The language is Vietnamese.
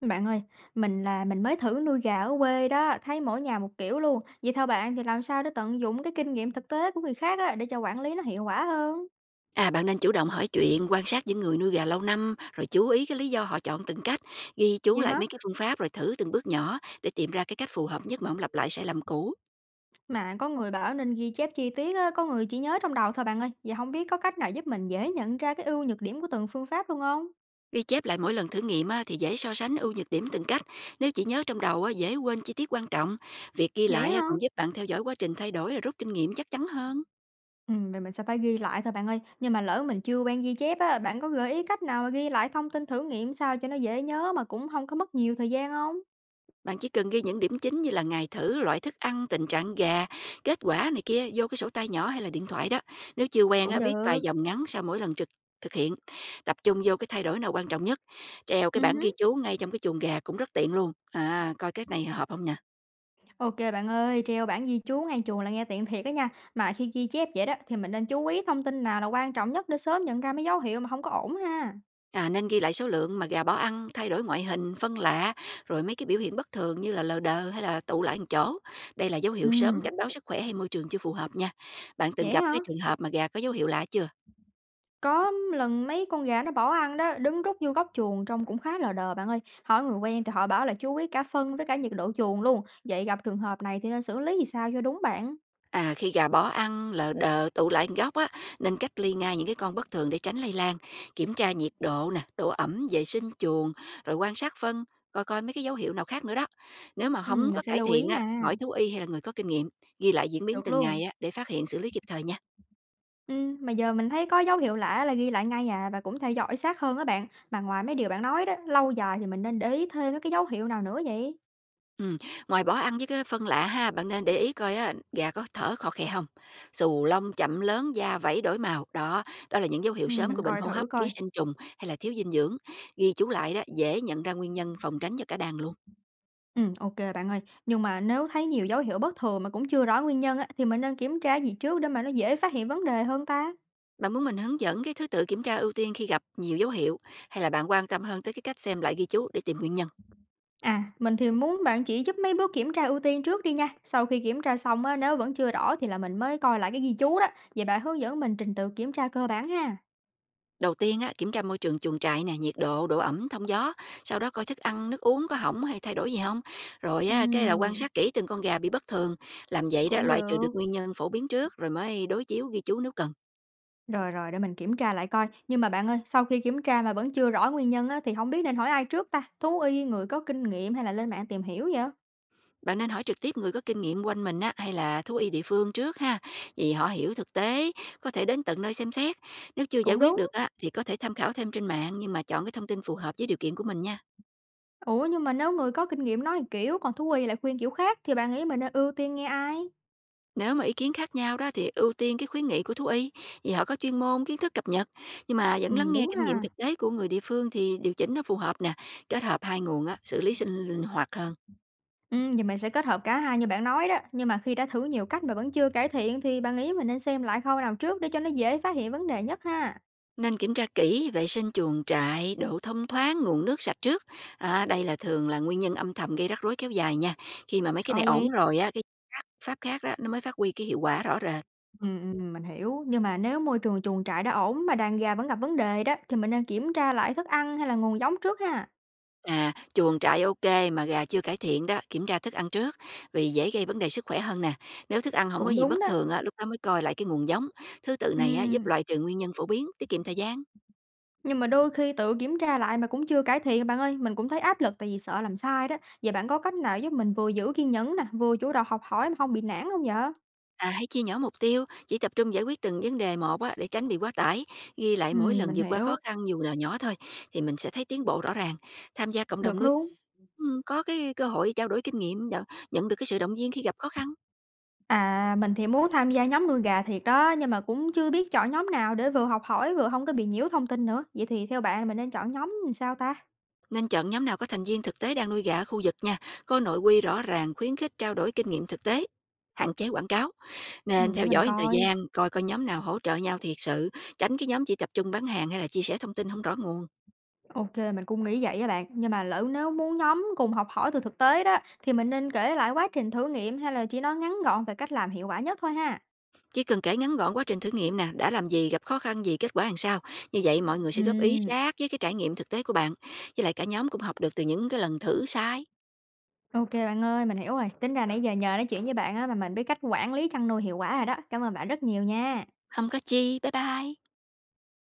Bạn ơi, mình mới thử nuôi gà ở quê đó, thấy mỗi nhà một kiểu luôn. Vậy theo bạn thì làm sao để tận dụng cái kinh nghiệm thực tế của người khác á, để cho quản lý nó hiệu quả hơn? À, bạn nên chủ động hỏi chuyện, quan sát những người nuôi gà lâu năm, rồi chú ý cái lý do họ chọn từng cách, ghi chú Vậy lại hả? mấy cái phương pháp rồi thử từng bước nhỏ để tìm ra cái cách phù hợp nhất mà không lặp lại sai lầm cũ. Mà có người bảo nên ghi chép chi tiết á, có người chỉ nhớ trong đầu thôi bạn ơi. Vậy không biết có cách nào giúp mình dễ nhận ra cái ưu nhược điểm của từng phương pháp luôn không? Ghi chép lại mỗi lần thử nghiệm á, thì dễ so sánh ưu nhược điểm từng cách. Nếu chỉ nhớ trong đầu á, dễ quên chi tiết quan trọng. Việc ghi Vậy lại á, hả? còn giúp bạn theo dõi quá trình thay đổi rồi rút kinh nghiệm chắc chắn hơn. Ừ, vậy mình sẽ phải ghi lại thôi bạn ơi. Nhưng mà lỡ mình chưa quen ghi chép á, bạn có gợi ý cách nào mà ghi lại thông tin thử nghiệm sao cho nó dễ nhớ mà cũng không có mất nhiều thời gian không? Bạn chỉ cần ghi những điểm chính như là ngày thử, loại thức ăn, tình trạng gà, kết quả này kia vô cái sổ tay nhỏ hay là điện thoại đó. Nếu chưa quen Cũng á, viết vài được. dòng ngắn sau mỗi lần thực hiện. Tập trung vô cái thay đổi nào quan trọng nhất. Treo Ừ. cái bảng ghi chú ngay trong cái chuồng gà cũng rất tiện luôn. À, coi cái này hợp không nè. OK bạn ơi, treo bảng ghi chú ngang chuồng là nghe tiện thiệt á nha. Mà khi ghi chép vậy đó thì mình nên chú ý thông tin nào là quan trọng nhất để sớm nhận ra mấy dấu hiệu mà không có ổn ha? À, nên ghi lại số lượng mà gà bỏ ăn, thay đổi ngoại hình, phân lạ, rồi mấy cái biểu hiện bất thường như là lờ đờ hay là tụ lại một chỗ. Đây là dấu hiệu sớm Ừm, cảnh báo sức khỏe hay môi trường chưa phù hợp nha. Bạn từng vậy gặp hả? cái trường hợp mà gà có dấu hiệu lạ chưa? Có lần mấy con gà nó bỏ ăn đó, đứng rút vô góc chuồng trông cũng khá lờ đờ bạn ơi. Hỏi người quen thì họ bảo là chú ý cả phân với cả nhiệt độ chuồng luôn. Vậy gặp trường hợp này thì nên xử lý thì sao cho đúng bạn? À, khi gà bỏ ăn, lờ đờ tụ lại một góc á, nên cách ly ngay những cái con bất thường để tránh lây lan. Kiểm tra nhiệt độ nè, độ ẩm, vệ sinh chuồng, rồi quan sát phân, coi coi mấy cái dấu hiệu nào khác nữa đó. Nếu mà không Mình có sẽ cải lưu ý thiện á, nha. hỏi thú y hay là người có kinh nghiệm, ghi lại diễn biến Được từng luôn. ngày á, để phát hiện xử lý kịp thời nha. Mà giờ mình thấy có dấu hiệu lạ là ghi lại ngay à, và cũng theo dõi sát hơn á bạn. Mà ngoài mấy điều bạn nói đó, lâu dài thì mình nên để ý thêm mấy cái dấu hiệu nào nữa vậy? Ừm, ngoài bỏ ăn với cái phân lạ ha, bạn nên để ý coi á, gà có thở khò khè không, xù lông chậm lớn, da vảy đổi màu. Đó là những dấu hiệu sớm Mình của bệnh coi hô thử hấp, ký coi. sinh trùng hay là thiếu dinh dưỡng. Ghi chú lại đó, dễ nhận ra nguyên nhân, phòng tránh cho cả đàn luôn. Ừ, ok bạn ơi. Nhưng mà nếu thấy nhiều dấu hiệu bất thường mà cũng chưa rõ nguyên nhân á, thì mình nên kiểm tra gì trước để mà nó dễ phát hiện vấn đề hơn ta? Bạn muốn mình hướng dẫn cái thứ tự kiểm tra ưu tiên khi gặp nhiều dấu hiệu hay là bạn quan tâm hơn tới cái cách xem lại ghi chú để tìm nguyên nhân? À, mình thì muốn bạn chỉ giúp mấy bước kiểm tra ưu tiên trước đi nha. Sau khi kiểm tra xong á, nếu vẫn chưa rõ thì là mình mới coi lại cái ghi chú đó. Vậy bạn hướng dẫn mình trình tự kiểm tra cơ bản ha. Đầu tiên á, kiểm tra môi trường chuồng trại nè, nhiệt độ, độ ẩm, thông gió, sau đó coi thức ăn, nước uống có hỏng hay thay đổi gì không. Rồi á, cái là quan Ừm, sát kỹ từng con gà bị bất thường, làm vậy đó cũng loại trừ được. được nguyên nhân phổ biến trước rồi mới đối chiếu ghi chú nếu cần. Rồi, để mình kiểm tra lại coi. Nhưng mà bạn ơi, sau khi kiểm tra mà vẫn chưa rõ nguyên nhân á, thì không biết nên hỏi ai trước ta? Thú y, người có kinh nghiệm hay là lên mạng tìm hiểu vậy? Bạn nên hỏi trực tiếp người có kinh nghiệm quanh mình á, hay là thú y địa phương trước ha, vì họ hiểu thực tế, có thể đến tận nơi xem xét. Nếu chưa giải Cũng quyết đúng. được á, thì có thể tham khảo thêm trên mạng nhưng mà chọn cái thông tin phù hợp với điều kiện của mình nha. Ủa, nhưng mà nếu người có kinh nghiệm nói kiểu, còn thú y lại khuyên kiểu khác, thì bạn nghĩ mình nên ưu tiên nghe ai? Nếu mà ý kiến khác nhau đó thì ưu tiên cái khuyến nghị của thú y, vì họ có chuyên môn, kiến thức cập nhật, nhưng mà vẫn lắng nghe Đúng kinh nghiệm ha. thực tế của người địa phương thì điều chỉnh nó phù hợp nè, kết hợp hai nguồn á, xử lý sinh linh hoạt hơn. Ừ, vậy mình sẽ kết hợp cả hai như bạn nói đó. Nhưng mà khi đã thử nhiều cách mà vẫn chưa cải thiện, thì bạn nghĩ mình nên xem lại khâu nào trước để cho nó dễ phát hiện vấn đề nhất ha? Nên kiểm tra kỹ vệ sinh chuồng trại, độ thông thoáng, nguồn nước sạch trước. À, đây là thường là nguyên nhân âm thầm gây rắc rối kéo dài nha. Khi mà mấy cái Sao này ổn vậy? rồi á, cái pháp khác đó nó mới phát huy cái hiệu quả rõ rệt. Ừm, mình hiểu, nhưng mà nếu môi trường chuồng trại đã ổn mà đàn gà vẫn gặp vấn đề đó, thì mình nên kiểm tra lại thức ăn hay là nguồn giống trước ha. À, chuồng trại ok mà gà chưa cải thiện đó, kiểm tra thức ăn trước vì dễ gây vấn đề sức khỏe hơn nè. Nếu thức ăn không có Cũng gì đúng bất đó. thường á, lúc đó mới coi lại cái nguồn giống. Thứ tự này á, giúp Ừm, loại trừ nguyên nhân phổ biến, tiết kiệm thời gian. nhưng mà đôi khi tự kiểm tra lại mà cũng chưa cải thiện bạn ơi, mình cũng thấy áp lực tại vì sợ làm sai đó. Vậy bạn có cách nào giúp mình vừa giữ kiên nhẫn nè, vừa chủ động học hỏi mà không bị nản không vậy? À, hãy chia nhỏ mục tiêu, chỉ tập trung giải quyết từng vấn đề một á, để tránh bị quá tải. Ghi lại mỗi lần Mình vượt qua khó hiểu, khăn dù là nhỏ thôi thì mình sẽ thấy tiến bộ rõ ràng. Tham gia cộng đồng được nuôi luôn. Có cái cơ hội trao đổi kinh nghiệm, nhận nhận được cái sự động viên khi gặp khó khăn. À, mình thì muốn tham gia nhóm nuôi gà thiệt đó, nhưng mà cũng chưa biết chọn nhóm nào để vừa học hỏi vừa không có bị nhiễu thông tin nữa. Vậy thì theo bạn mình nên chọn nhóm làm sao ta? Nên chọn nhóm nào có thành viên thực tế đang nuôi gà ở khu vực nha, có nội quy rõ ràng, khuyến khích trao đổi kinh nghiệm thực tế, hạn chế quảng cáo. Nên Để theo mình dõi một thời coi. gian, coi coi nhóm nào hỗ trợ nhau thiệt sự, tránh cái nhóm chỉ tập trung bán hàng hay là chia sẻ thông tin không rõ nguồn. OK, mình cũng nghĩ vậy á bạn. Nhưng mà lỡ nếu muốn nhóm cùng học hỏi từ thực tế đó, thì mình nên kể lại quá trình thử nghiệm hay là chỉ nói ngắn gọn về cách làm hiệu quả nhất thôi ha? Chỉ cần kể ngắn gọn quá trình thử nghiệm nè, đã làm gì, gặp khó khăn gì, kết quả làm sao. Như vậy mọi người sẽ góp ý Ừm, sát với cái trải nghiệm thực tế của bạn. Với lại cả nhóm cũng học được từ những cái lần thử sai. OK bạn ơi, mình hiểu rồi. Tính ra nãy giờ nhờ nói chuyện với bạn á, mà mình biết cách quản lý chăn nuôi hiệu quả rồi đó. Cảm ơn bạn rất nhiều nha. Không có chi, bye bye.